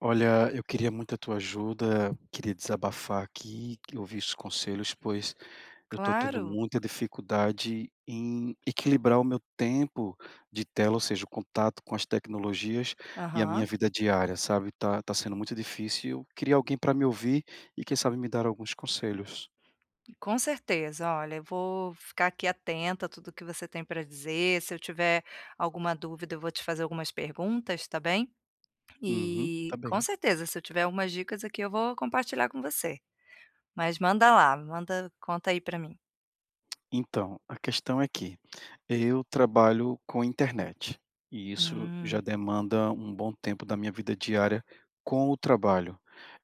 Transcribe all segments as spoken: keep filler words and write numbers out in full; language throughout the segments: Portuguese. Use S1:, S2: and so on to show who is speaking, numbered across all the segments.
S1: Olha, eu queria muito a tua ajuda, queria desabafar aqui, que ouvir os conselhos, pois eu estou tendo
S2: Claro.
S1: muita dificuldade em equilibrar o meu tempo de tela, ou seja, o contato com as tecnologias e a minha
S2: Aham.
S1: vida diária, sabe? Tá, tá sendo muito difícil. Eu queria alguém para me ouvir e, quem sabe, me dar alguns conselhos.
S2: Com certeza. Olha, eu vou ficar aqui atenta a tudo que você tem para dizer. Se eu tiver alguma dúvida, eu vou te fazer algumas perguntas, tá bem?
S1: Uhum,
S2: E
S1: tá
S2: com
S1: bem.
S2: certeza, se eu tiver algumas dicas aqui, eu vou compartilhar com você. Mas manda lá, manda, conta aí para mim.
S1: Então, a questão é que eu trabalho com internet, e isso já
S2: Hum.
S1: demanda um bom tempo da minha vida diária com o trabalho.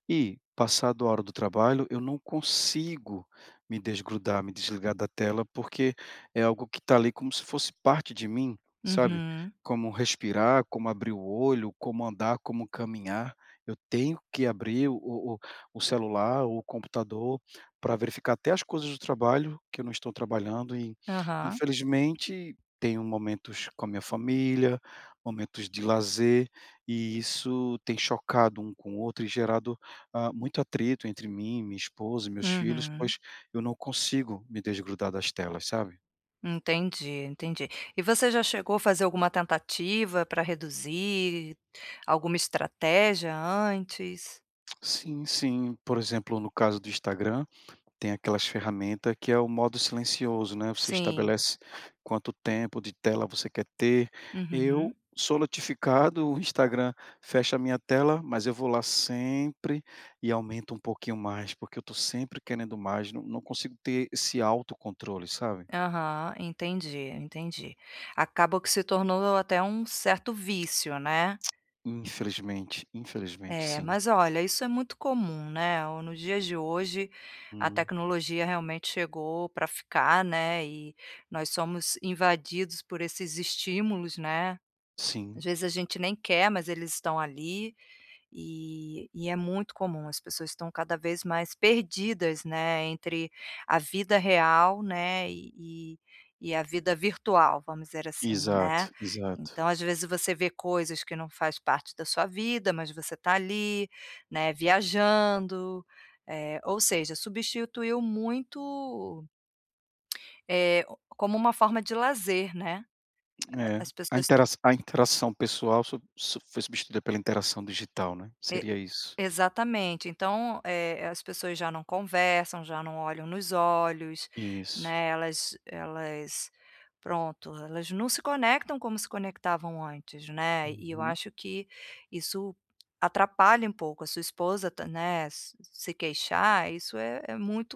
S1: E, passado a hora do trabalho, eu não consigo me desgrudar, me desligar da tela, porque é algo que está ali como se fosse parte de mim, sabe?
S2: Uhum.
S1: Como respirar, como abrir o olho, como andar, como caminhar. Eu tenho que abrir o, o, o celular ou o computador para verificar até as coisas do trabalho que eu não estou trabalhando. E,
S2: Aham.
S1: infelizmente, tenho momentos com a minha família, momentos de lazer, e isso tem chocado um com o outro e gerado ah, muito atrito entre mim, minha esposa e meus filhos,
S2: Uhum.
S1: pois eu não consigo me desgrudar das telas, sabe?
S2: Entendi, entendi. E você já chegou a fazer alguma tentativa para reduzir, alguma estratégia antes?
S1: Sim, sim, por exemplo, no caso do Instagram, tem aquelas ferramentas que é o modo silencioso, né, você
S2: Sim.
S1: estabelece quanto tempo de tela você quer ter. Eu
S2: Uhum.
S1: sou notificado, o Instagram fecha a minha tela, mas eu vou lá sempre e aumento um pouquinho mais, porque eu tô sempre querendo mais, não não consigo ter esse autocontrole, sabe?
S2: Aham, entendi, entendi. Acabou que se tornou até um certo vício, né.
S1: Infelizmente, infelizmente
S2: É,
S1: sim.
S2: mas olha, isso é muito comum, né, o nos dias de hoje, a
S1: Hum.
S2: tecnologia realmente chegou para ficar, né, e nós somos invadidos por esses estímulos, né.
S1: Sim,
S2: Às vezes a gente nem quer, mas eles estão ali. E e é muito comum, as pessoas estão cada vez mais perdidas, né, entre a vida real, né, e e e a vida virtual, vamos dizer assim, né.
S1: exato, exato.
S2: Então, às vezes, você vê coisas que não faz parte da sua vida, mas você está ali, né, viajando, eh, ou seja, substituiu muito, eh, como uma forma de lazer, né.
S1: É,
S2: As
S1: a
S2: pessoas
S1: intera a interação pessoal su su foi substituída pela interação digital, né,
S2: eh,
S1: seria isso.
S2: Exatamente. Então, eh, as pessoas já não conversam, já não olham nos olhos,
S1: Isso.
S2: né, elas elas pronto, elas não se conectam como se conectavam antes, né, e eu
S1: Uhum.
S2: acho que isso atrapalha um pouco. A sua esposa ta né, se se queixar, isso é é muito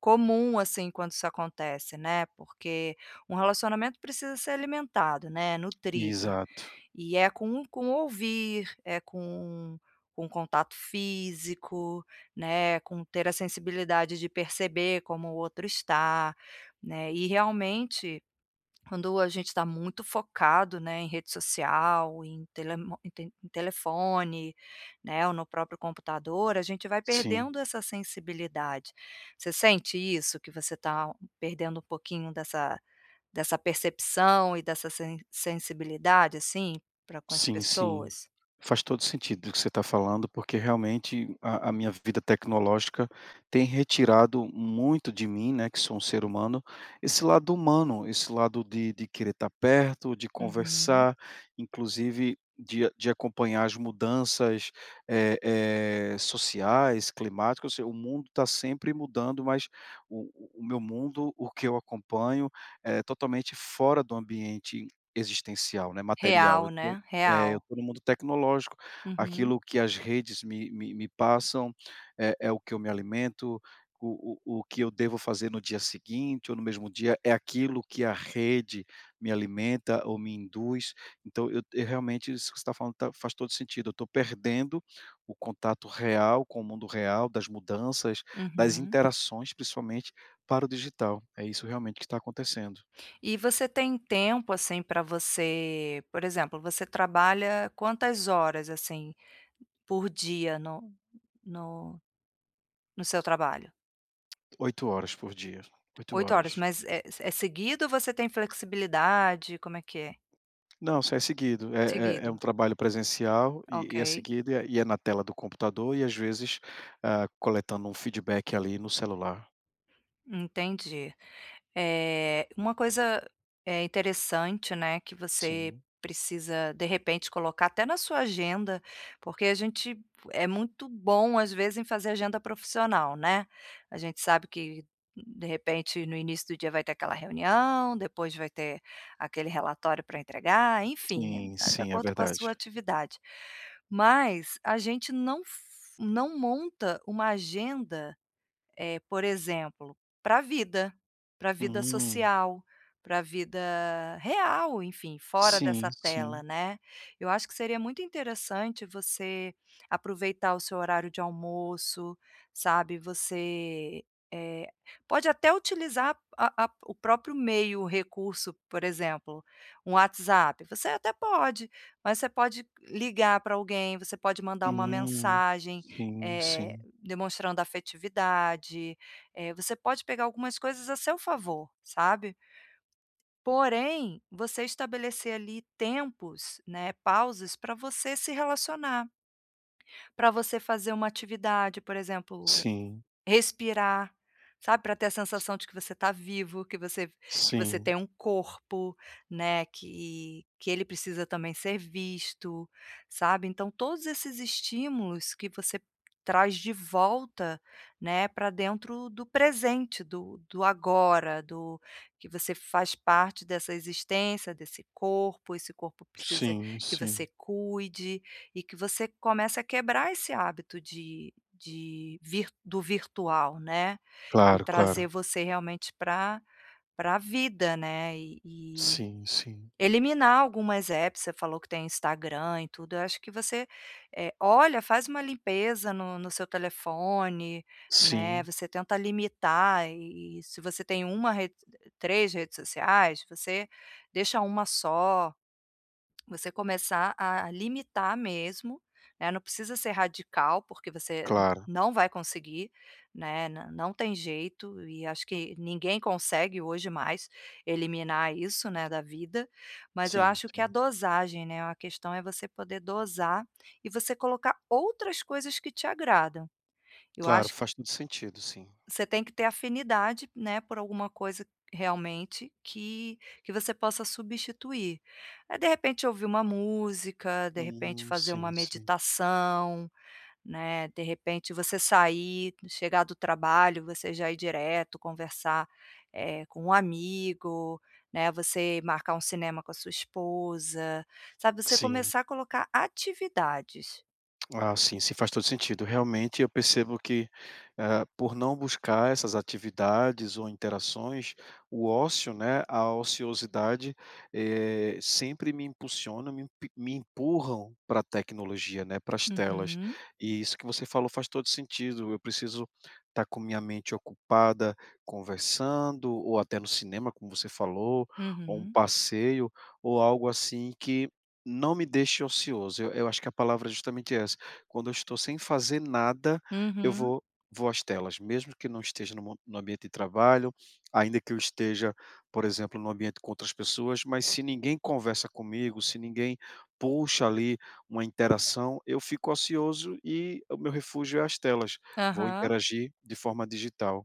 S2: comum, assim, quando isso acontece, né, porque um relacionamento precisa ser alimentado, né, nutrido.
S1: Exato,
S2: E é com com ouvir, é com com contato físico, né, com ter a sensibilidade de perceber como o outro está, né, e realmente quando a gente está muito focado, né, em rede social, em telemo em te em telefone, né, ou no próprio computador, a gente vai
S1: sim.
S2: perdendo essa sensibilidade. Você sente isso, que você está perdendo um pouquinho dessa dessa percepção e dessa sen sensibilidade, assim, para com as
S1: Sim, sim.
S2: pessoas?
S1: Faz todo sentido o que você está falando, porque realmente a, a minha vida tecnológica tem retirado muito de mim, né, que sou um ser humano, esse lado humano, esse lado de, de querer estar perto, de
S2: Uhum.
S1: conversar, inclusive de, de acompanhar as mudanças eh, eh, sociais, climáticas, ou seja, o mundo está sempre mudando, mas o, o o meu mundo, o que eu acompanho, é totalmente fora do ambiente existencial, né, material.
S2: Real,
S1: Eu tô
S2: né,
S1: é, eu
S2: real.
S1: estou no mundo tecnológico,
S2: Uhum,
S1: aquilo que as redes me me me passam, é é o que eu me alimento, o o o que eu devo fazer no dia seguinte ou no mesmo dia, é aquilo que a rede me alimenta ou me induz, então eu eu realmente isso que você está falando tá faz todo sentido, eu estou perdendo o contato real com o mundo real, das mudanças, das
S2: uhum.
S1: interações principalmente, para o digital, é isso realmente que está acontecendo.
S2: E você tem tempo, assim, para você por exemplo, você trabalha quantas horas, assim, por dia no no no seu trabalho?
S1: Oito horas por dia, oito
S2: oito
S1: horas.
S2: horas, mas é é seguido ou você tem flexibilidade, como é que é?
S1: Não, sim, é seguido. É é é
S2: Seguido,
S1: um trabalho presencial e e é
S2: ok.
S1: seguido e é e é na tela do computador e às vezes, ah, coletando um feedback ali no celular.
S2: Entendi. Eh, uma coisa, eh, interessante, né, que você
S1: Sim,
S2: precisa, de repente, colocar até na sua agenda, porque a gente é muito bom, às vezes, em fazer agenda profissional, né. A gente sabe que, de repente, no início do dia vai ter aquela reunião, depois vai ter aquele relatório para entregar, enfim,
S1: sim,
S2: né, de
S1: sim, é
S2: acordo com a sua
S1: verdade.
S2: atividade. Mas a gente não f não monta uma agenda eh, por exemplo, para a vida, para a vida
S1: Hum,
S2: social, para a vida real, enfim, fora
S1: sim,
S2: dessa
S1: sim.
S2: tela, né. Eu acho que seria muito interessante você aproveitar o seu horário de almoço, sabe, você, eh, pode até utilizar a a o próprio meio, o recurso, por exemplo, um WhatsApp, você até pode, mas você pode ligar para alguém, você pode mandar uma
S1: Hum,
S2: mensagem,
S1: sim,
S2: eh
S1: sim,
S2: demonstrando afetividade, eh, você pode pegar algumas coisas a seu favor, sabe. Porém, você estabelecer ali tempos, né, pausas para você se relacionar, para você fazer uma atividade, por exemplo,
S1: sim,
S2: respirar, sabe, para ter a sensação de que você está vivo, que você que você
S1: sim,
S2: tem um corpo, né, que que ele precisa também ser visto, sabe. Então todos esses estímulos que você traz de volta, né, para dentro do presente, do do agora, do que você faz parte dessa existência, desse corpo, esse corpo precisa
S1: sim,
S2: que
S1: sim.
S2: você cuide. E que você comece a quebrar esse hábito de de vir do virtual, né, e
S1: Claro, claro.
S2: trazer você realmente para a vida, né, e e
S1: Sim, sim,
S2: eliminar algumas apps, você falou que tem Instagram e tudo, eu acho que você, eh, olha, faz uma limpeza no no seu telefone, né,
S1: sim,
S2: você tenta limitar e se você tem uma rede três redes sociais, você deixa uma só, você começar a limitar mesmo, né, não precisa ser radical, porque você
S1: claro.
S2: não vai conseguir, né, nã não tem jeito e acho que ninguém consegue hoje mais eliminar isso, né, da vida, mas eu
S1: Sim,
S2: acho que a
S1: sim.
S2: dosagem, né, a questão é você poder dosar e você colocar outras coisas que te agradam. Eu
S1: Claro,
S2: acho que
S1: faz todo sentido, sim.
S2: você tem que ter afinidade, né, por alguma coisa realmente que que você possa substituir. Eh, de repente ouvir uma música, de repente
S1: Hum,
S2: fazer
S1: sim,
S2: uma
S1: sim,
S2: meditação, né, de repente você sair, chegar do trabalho, você já ir direto conversar, eh, com um amigo, né, você marcar um cinema com a sua esposa, sabe, você
S1: sim.
S2: começar a colocar atividades.
S1: Ah, sim, sim, faz todo sentido. Realmente, eu percebo que, eh, por não buscar essas atividades ou interações, o ócio, né, a ociosidade, eh, sempre me impulsiona, me emp me empurram para a tecnologia, né, para as telas.
S2: Uhum,
S1: E isso que você falou faz todo sentido. Eu preciso estar com minha mente ocupada, conversando, ou até no cinema, como você falou, ou um
S2: uhum,
S1: passeio, ou algo assim que não me deixe ocioso. Eu eu acho que a palavra é justamente essa. Quando eu estou sem fazer nada, eu
S2: uhum,
S1: vou vou às telas, mesmo que não esteja no mo no ambiente de trabalho, ainda que eu esteja, por exemplo, no ambiente com outras pessoas, mas se ninguém conversa comigo, se ninguém puxa ali uma interação, eu fico ocioso e o meu refúgio é as telas. Vou
S2: aham.
S1: interagir de forma digital.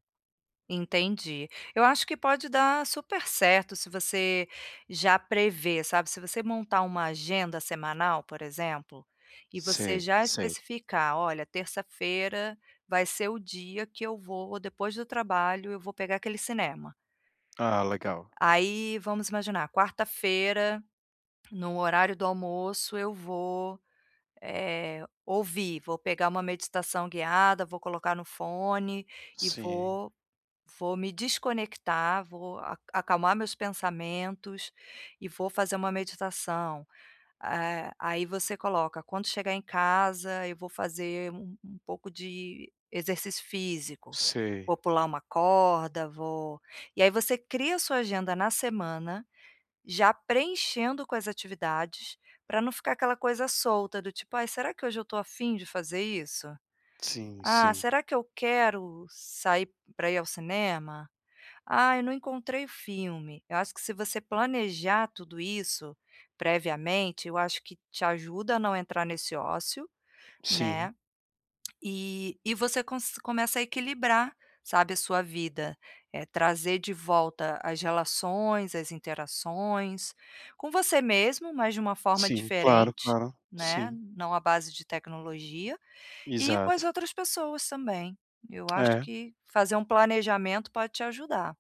S2: Entendi. Eu acho que pode dar super certo se você já prevê, sabe, se você montar uma agenda semanal, por exemplo, e você
S1: Sei,
S2: já
S1: sei.
S2: especificar: "Olha, terça-feira vai ser o dia que eu vou depois do trabalho, eu vou pegar aquele cinema".
S1: Ah, legal.
S2: Aí, vamos imaginar, quarta-feira, no horário do almoço, eu vou, eh, ouvir, vou pegar uma meditação guiada, vou colocar no fone e
S1: Sim,
S2: vou vou me desconectar, vou a acalmar meus pensamentos e vou fazer uma meditação. Eh, aí você coloca: "Quando chegar em casa, eu vou fazer um um pouco de exercício físico,
S1: sei.
S2: vou pular uma corda, vou" E aí você cria sua agenda na semana, já preenchendo com as atividades, para não ficar aquela coisa solta do tipo: "Ai, será que hoje eu estou afim de fazer isso?
S1: Sim,
S2: Ah,
S1: sim.
S2: será que eu quero sair para ir ao cinema?" Ah, eu não encontrei o filme. Eu acho que se você planejar tudo isso previamente, eu acho que te ajuda a não entrar nesse ócio,
S1: Sim,
S2: né, e e você cons começa a equilibrar, sabe, a sua vida, eh, trazer de volta as relações, as interações, com você mesmo, mas de uma forma
S1: sim. Claro,
S2: diferente,
S1: claro.
S2: né,
S1: Sim,
S2: não à base de tecnologia, e com as
S1: exato.
S2: outras pessoas também. Eu acho
S1: É.
S2: que fazer um planejamento pode te ajudar.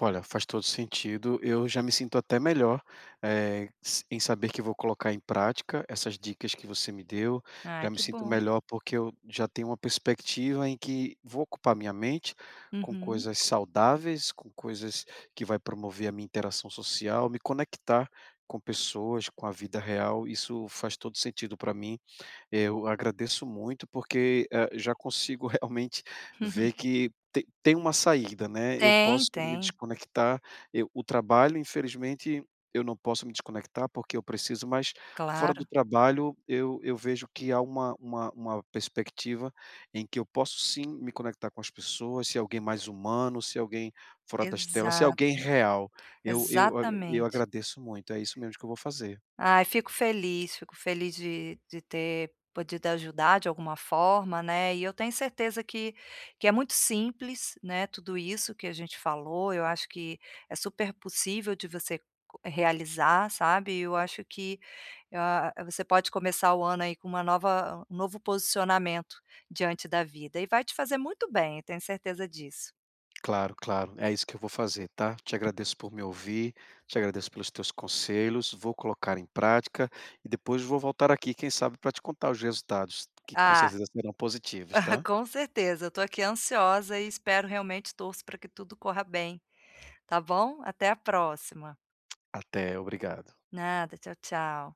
S1: Olha, faz todo sentido. Eu já me sinto até melhor, eh, s- em saber que vou colocar em prática essas dicas que você me deu.
S2: Ah,
S1: Já me
S2: que
S1: sinto
S2: bom.
S1: melhor porque eu já tenho uma perspectiva em que vou ocupar minha mente com
S2: Uhum.
S1: coisas saudáveis, com coisas que vai promover a minha interação social, me conectar com pessoas, com a vida real. Isso faz todo sentido para mim eh, Eu agradeço muito porque, eh, já consigo realmente ver que te tem uma saída, né, eu
S2: Tem,
S1: posso me
S2: tem,
S1: desconectar, eu o trabalho infelizmente eu não posso me desconectar porque eu preciso, mas fora do
S2: claro.
S1: trabalho eu eu vejo que há uma uma uma perspectiva em que eu posso sim me conectar com as pessoas, se alguém mais humano, se alguém fora das telas, se alguém
S2: Exato,
S1: real. Eu eu eu
S2: exatamente.
S1: agradeço muito, é isso mesmo que eu vou fazer.
S2: Ai, fico feliz, fico feliz de de ter podido ajudar de alguma forma, né, e eu tenho certeza que que é muito simples, né, tudo isso que a gente falou, eu acho que é super possível de você co realizar, sabe, eu acho que, ah, você pode começar o ano aí com uma nova um novo posicionamento diante da vida e vai te fazer muito bem, eu tenho certeza disso.
S1: Claro, claro. É isso que eu vou fazer, tá? Te agradeço por me ouvir, te agradeço pelos teus conselhos, vou colocar em prática e depois vou voltar aqui, quem sabe, para te contar os resultados, que com
S2: Ah
S1: certeza serão positivos,
S2: Ah,
S1: tá?
S2: com certeza, eu tô aqui ansiosa e espero realmente torço para que tudo corra bem, tá bom? Até a próxima.
S1: Até, obrigado.
S2: Nada, tchau, tchau.